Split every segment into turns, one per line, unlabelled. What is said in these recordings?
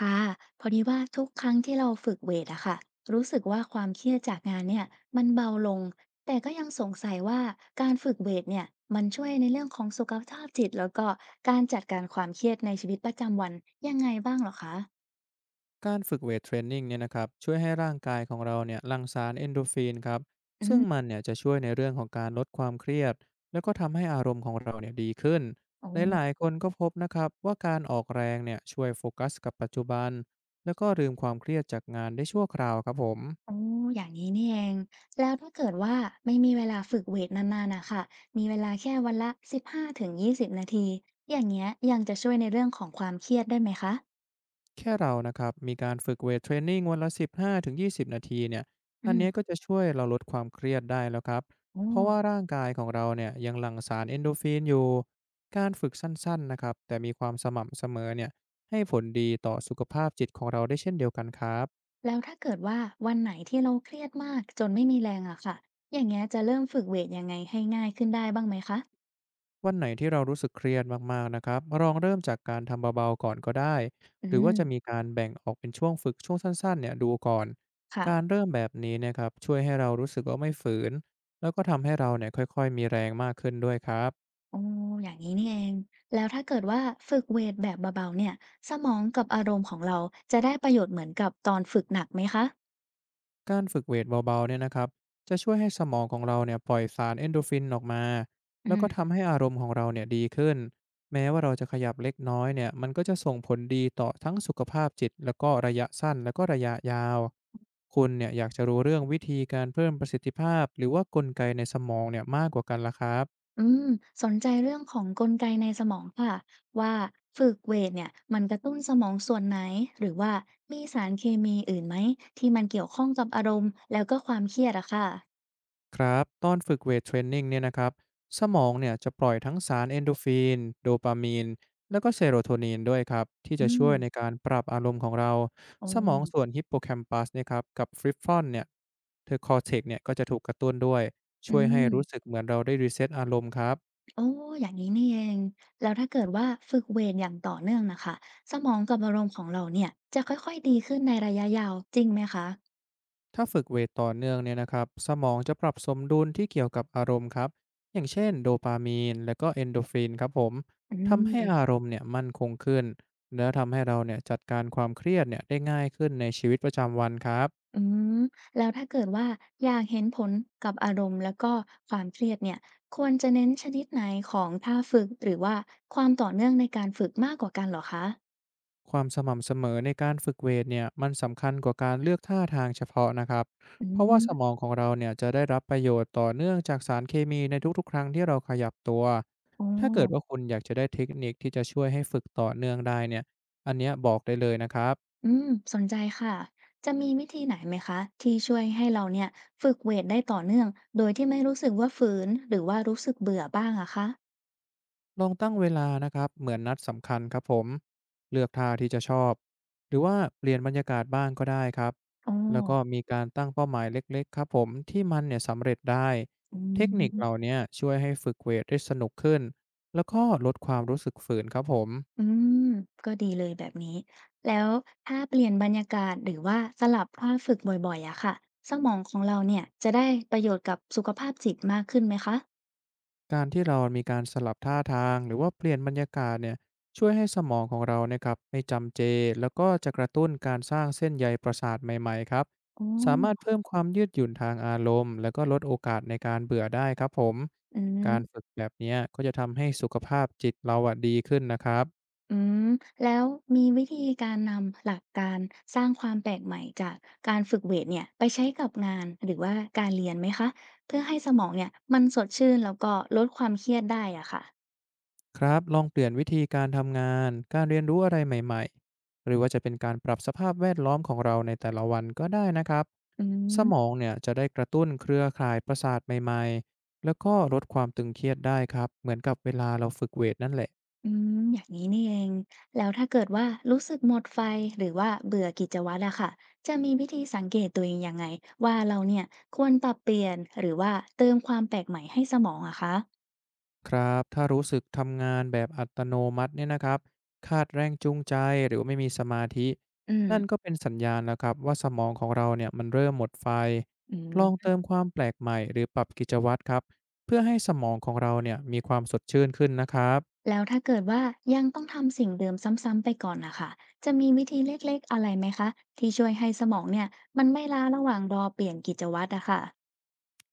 ค่ะพอดีว่าทุกครั้งที่เราฝึกเวทอะค่ะรู้สึกว่าความเครียดจากงานเนี่ยมันเบาลงแต่ก็ยังสงสัยว่าการฝึกเวทเนี่ยมันช่วยในเรื่องของสุขภาพจิตแล้วก็การจัดการความเครียดในชีวิตประจำวันยังไงบ้างเหรอคะ
การฝึกเวทเทรนนิ่งเนี่ยนะครับช่วยให้ร่างกายของเราเนี่ยหลั่งสารเอนโดรฟินครับ
อื
ซึ่งมัน
ม
เนี่ยจะช่วยในเรื่องของการลดความเครียดแล้วก็ทำให้อารมณ์ของเราเนี่ยดีขึ้น
โอ้
หลายๆคนก็พบนะครับว่าการออกแรงเนี่ยช่วยโฟกัสกับปัจจุบันแล้วก็ลืมความเครียดจากงานได้ชั่วคราวครับผม
โอ้อย่างนี้นี่เองแล้วถ้าเกิดว่าไม่มีเวลาฝึกเวทนานๆนะค่ะมีเวลาแค่วันละสิบห้าถึงยี่สิบนาทีอย่างเงี้ยยังจะช่วยในเรื่องของความเครียดได้ไหมคะ
แค่เรานะครับมีการฝึกเวทเทรนนิงวันละ 15-20 นาทีเนี่ย
อื
อันเนี้ยก็
ม
จะช่วยเราลดความเครียดได้แล้วครับ
โอ้
เพราะว่าร่างกายของเราเนี่ยยังหลั่งสารเอนโดรฟินอยู่การฝึกสั้นๆนะครับแต่มีความสม่ำเสมอเนี่ยให้ผลดีต่อสุขภาพจิตของเราได้เช่นเดียวกันครับ
แล้วถ้าเกิดว่าวันไหนที่เราเครียดมากจนไม่มีแรงอะค่ะ อย่างเงี้ยจะเริ่มฝึกเวตยังไงให้ง่ายขึ้นได้บ้างไหมคะ
วันไหนที่เรารู้สึกเครียดมากๆนะครับลองเริ่มจากการทำเบาๆก่อนก็ได้
อื
หรือว่า
ม
จะมีการแบ่งออกเป็นช่วงฝึกช่วงสั้นๆเนี่ยดูก่อน
ค่ะ
การเริ่มแบบนี้เนะครับช่วยให้เรารู้สึกว่าไม่ฝืน แล้วก็ทำให้เราเนี่ยค่อยๆมีแรงมากขึ้นด้วยครับ
อ๋ออย่างนี้นี่เอง แล้วถ้าเกิดว่าฝึกเวตแบบเบาๆเนี่ยสมองกับอารมณ์ของเราจะได้ประโยชน์เหมือนกับตอนฝึกหนักไหมคะ
การฝึกเวทเบาๆเนี่ยนะครับจะช่วยให้สมองของเราเนี่ยปล่อยสารเอนโดรฟินออกมา
อื
แล้วก็
ม
ทำให้อารมณ์ของเราเนี่ยดีขึ้นแม้ว่าเราจะขยับเล็กน้อยเนี่ยมันก็จะส่งผลดีต่อทั้งสุขภาพจิตแล้วก็ระยะสั้นแล้วก็ระยะยาวคุณเนี่ยอยากจะรู้เรื่องวิธีการเพิ่มประสิทธิภาพหรือว่ากลไกในสมองเนี่ยมากกว่ากันละครับ
อืม สนใจเรื่องของกลไกในสมองค่ะว่าฝึกเวตเนี่ยมันกระตุ้นสมองส่วนไหนหรือว่ามีสารเคมีอื่นไหมที่มันเกี่ยวข้องกับอารมณ์แล้วก็ความเครียดอะค่ะ
ครับตอนฝึกเวทเทรนนิ่งเนี่ยนะครับสมองเนี่ยจะปล่อยทั้งสารเอนโดรฟินโดปามีนแล้วก็เซโรโทนินด้วยครับที่จะ
อื
ช่
ม
วยในการปรับอารมณ์ของเรา
อ๋
สมองส่วน
อ
ฮิปโปแคมปัสเนี่ยครับกับฟริฟฟอนเนี่ยเธอคอเทกเนี่ยก็จะถูกกระตุ้นด้วย
อื
ช่วยให้
ม
รู้สึกเหมือนเราได้รีเซ็ตอารมณ์ครับ
โอ้ออย่างนี้นี่เองแล้วถ้าเกิดว่าฝึกเวทอย่างต่อเนื่องน่ะค่ะสมองกับอารมณ์ของเราเนี่ยจะค่อยๆดีขึ้นในระยะยาวจริงไหมคะ
ถ้าฝึกเวทต่อเนื่องเนี่ยนะครับสมองจะปรับสมดุลที่เกี่ยวกับอารมณ์ครับอย่างเช่นโดปามีนและก็เอนโดรฟินครับผม
อื
ทำให้อาร
ม
มณ์เนี่ยมั่นคงขึ้นและทำให้เราเนี่ยจัดการความเครียดเนี่ยได้ง่ายขึ้นในชีวิตประจำวันครับ
อืมแล้วถ้าเกิดว่าอยากเห็นผลกับอารมณ์แล้วก็ความเครียดเนี่ยควรจะเน้นชนิดไหนของท่าฝึกหรือว่าความต่อเนื่องในการฝึกมากกว่ากันเหรอคะ
ความสม่ำเสมอในการฝึกเวทเนี่ยมันสำคัญกว่าการเลือกท่าทางเฉพาะนะครับ
อื
เพราะว่า
ม
สมองของเราเนี่ยจะได้รับประโยชน์ต่อเนื่องจากสารเคมีในทุกๆครั้งที่เราขยับตัว
อ๋อ
ถ้าเกิดว่าคุณอยากจะได้เทคนิคที่จะช่วยให้ฝึกต่อเนื่องได้เนี่ยอันเนี้ยบอกได้เลยนะครับ
อืมสนใจค่ะ จะมีวิธีไหนไหมคะที่ช่วยให้เราเนี่ยฝึกเวทได้ต่อเนื่องโดยที่ไม่รู้สึกว่าฝืนหรือว่ารู้สึกเบื่อบ้างอะคะ
ลองตั้งเวลานะครับเหมือนนัดสำคัญครับผมเลือกท่าที่จะชอบหรือว่าเปลี่ยนบรรยากาศบ้างก็ได้ครับ
อ๋อ
แล้วก็มีการตั้งเป้าหมายเล็กๆครับผมที่มันเนี่ยสำเร็จได้
อื
เทคนิคเหล่า
ม
เนี้ยช่วยให้ฝึกเวทได้สนุกขึ้นแล้วก็ลดความรู้สึกฝืนครับผม
อืม ก็ดีเลยแบบนี้ แล้วถ้าเปลี่ยนบรรยากาศหรือว่าสลับท่าฝึกบ่อยๆอะค่ะ สมองของเราเนี่ยจะได้ประโยชน์กับสุขภาพจิตมากขึ้นไหมคะ
การที่เรามีการสลับท่าทางหรือว่าเปลี่ยนบรรยากาศเนี่ยช่วยให้สมองของเราเนี่ยครับไม่จำเจแล้วก็จะกระตุ้นการสร้างเส้นใยประสาทใหม่ๆครับ
อ๋
สามารถ
อ
เพิ่มความยืดหยุ่นทางอารมณ์แล้วก็ลดโอกาสในการเบื่อได้ครับผม
อื
การฝึ
ม
กแบบเนี้ยก็จะทำให้สุขภาพจิตเราอะดีขึ้นนะครับ
อืมแล้วมีวิธีการนำหลักการสร้างความแปลกใหม่จากการฝึกเวทเนี่ยไปใช้กับงานหรือว่าการเรียนไหมคะเพื่อให้สมองเนี่ยมันสดชื่นแล้วก็ลดความเครียดได้อะค่ะ
ครับลองเปลี่ยนวิธีการทำงานการเรียนรู้อะไรใหม่ๆหรือว่าจะเป็นการปรับสภาพแวดล้อมของเราในแต่ละวันก็ได้นะครับ
อื
สมอง
ม
เนี่ยจะได้กระตุ้นเครือข่ายประสาทใหม่ๆแล้วก็ลดความตึงเครียดได้ครับเหมือนกับเวลาเราฝึกเวทนั่นแหละ
อืมอย่างนี้นี่เองแล้วถ้าเกิดว่ารู้สึกหมดไฟหรือว่าเบื่อกิจวัตรอะค่ะจะมีวิธีสังเกตตัวเองยังไงว่าเราเนี่ยควรปรับเปลี่ยนหรือว่าเติมความแปลกใหม่ให้สมองอะคะ
ครับถ้ารู้สึกทำงานแบบอัตโนมัติเนี่ยนะครับขาดแรงจูงใจหรือว่าไม่มีสมาธิ
อืม
นั่นก็เป็นสัญญาณแล้วครับว่าสมองของเราเนี่ยมันเริ่มหมดไฟ
อื
ลอง
ม
เติมความแปลกใหม่หรือปรับกิจวัตรครับเพื่อให้สมองของเราเนี่ยมีความสดชื่นขึ้นนะครับ
แล้วถ้าเกิดว่ายังต้องทำสิ่งเดิมซ้ำๆไปก่อนนะคะ จะมีวิธีเล็กๆอะไรไหมคะที่ช่วยให้สมองเนี่ยมันไม่ล้าระหว่างรอเปลี่ยนกิจวัตรอะค่ะ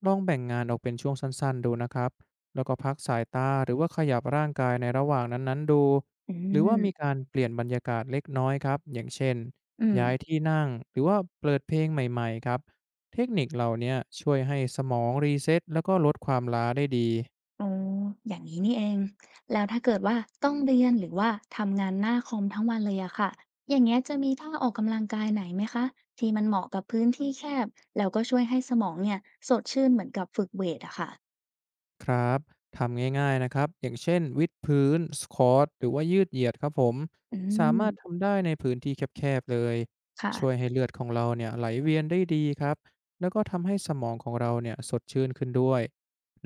ลองแบ่งงานออกเป็นช่วงสั้นๆดูนะครับ แล้วก็พักสายตาหรือว่าขยับร่างกายในระหว่างนั้นๆดู
อื
หรือว่ามี
ม
การเปลี่ยนบรรยากาศเล็กน้อยครับ อย่างเช่น
อืม
ย้ายที่นั่งหรือว่าเปิดเพลงใหม่ๆครับ เทคนิคเหล่าเนี้ยช่วยให้สมองรีเซ็ตแล้วก็ลดความล้าได้ดี
อ๋ออย่างนี้นี่เอง แล้วถ้าเกิดว่าต้องเรียนหรือว่าทำงานหน้าคอมทั้งวันเลยอะค่ะอย่างเงี้ยจะมีท่าออกกำลังกายไหนไหมคะที่มันเหมาะกับพื้นที่แคบแล้วก็ช่วยให้สมองเนี่ยสดชื่นเหมือนกับฝึกเวทอะค่ะ
ครับทำง่ายๆนะครับอย่างเช่นวิดพื้นสควอตหรือว่ายืดเหยียดครับผม
อื
สามารถ
ม
ทำได้ในพื้นที่แคบๆเลย
ค่ะ
ช่วยให้เลือดของเราเนี่ยไหลเวียนได้ดีครับแล้วก็ทำให้สมองของเราเนี่ยสดชื่นขึ้นด้วย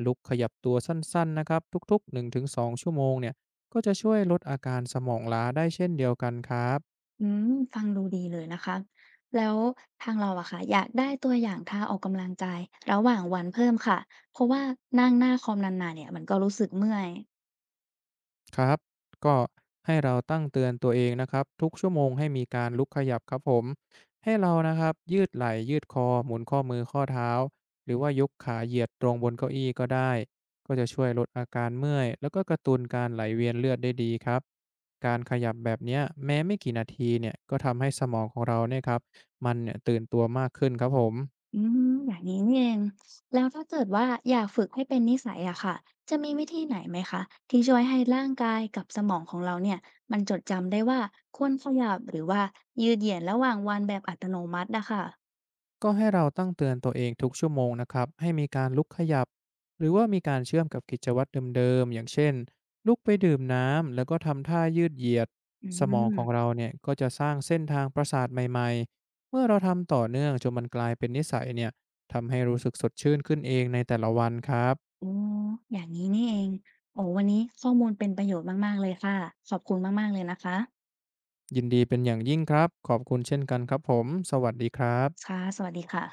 ลุกขยับตัวสั้นๆนะครับทุกๆ1-2ชั่วโมงเนี่ยก็จะช่วยลดอาการสมองล้าได้เช่นเดียวกันครับ
อืมฟังดูดีเลยนะคะ แล้วทางเราอะค่ะอยากได้ตัวอย่างท่าออกกำลังกายระหว่างวันเพิ่มค่ะเพราะว่านั่งหน้าคอมนานๆเนี่ยมันก็รู้สึกเมื่อย
ครับก็ให้เราตั้งเตือนตัวเองนะครับทุกชั่วโมงให้มีการลุกขยับครับผมให้เรานะครับยืดไหล่ยืดคอหมุนข้อมือข้อเท้าหรือว่ายกขาเหยียดตรงบนเก้าอี้ก็ได้ก็จะช่วยลดอาการเมื่อยแล้วก็กระตุ้นการไหลเวียนเลือดได้ดีครับการขยับแบบเนี้ยแม้ไม่กี่นาทีเนี่ยก็ทำให้สมองของเราเนี่ยครับมันเนี่ยตื่นตัวมากขึ้นครับผม
อืมอย่างนี้นี่เอง แล้วถ้าเกิดว่าอยากฝึกให้เป็นนิสัยอะค่ะจะมีวิธีไหนไหมคะที่ช่วยให้ร่างกายกับสมองของเราเนี่ยมันจดจำได้ว่าควรขยับหรือว่ายืดเหยียดระหว่างวันแบบอัตโนมัตินะคะ
ก็ให้เราตั้งเตือนตัวเองทุกชั่วโมงนะครับให้มีการลุกขยับหรือว่ามีการเชื่อมกับกิจวัตรเดิมๆอย่างเช่นลุกไปดื่มน้ำแล้วก็ทำท่ายืดเหยียด
อื
สมองของ
ม
เราเนี่ยก็จะสร้างเส้นทางประสาทใหม่ๆเมื่อเราทำต่อเนื่องจนมันกลายเป็นนิสัยเนี่ยทำให้รู้สึกสดชื่นขึ้นเองในแต่ละวันครับ
อ๋ออย่างนี้นี่เองโอ้วันนี้ข้อมูลเป็นประโยชน์มากๆเลยค่ะ ขอบคุณมากๆเลยนะคะ
ยินดีเป็นอย่างยิ่งครับขอบคุณเช่นกันครับผมสวัสดีครับ
ค่ะสวัสดีค่ะ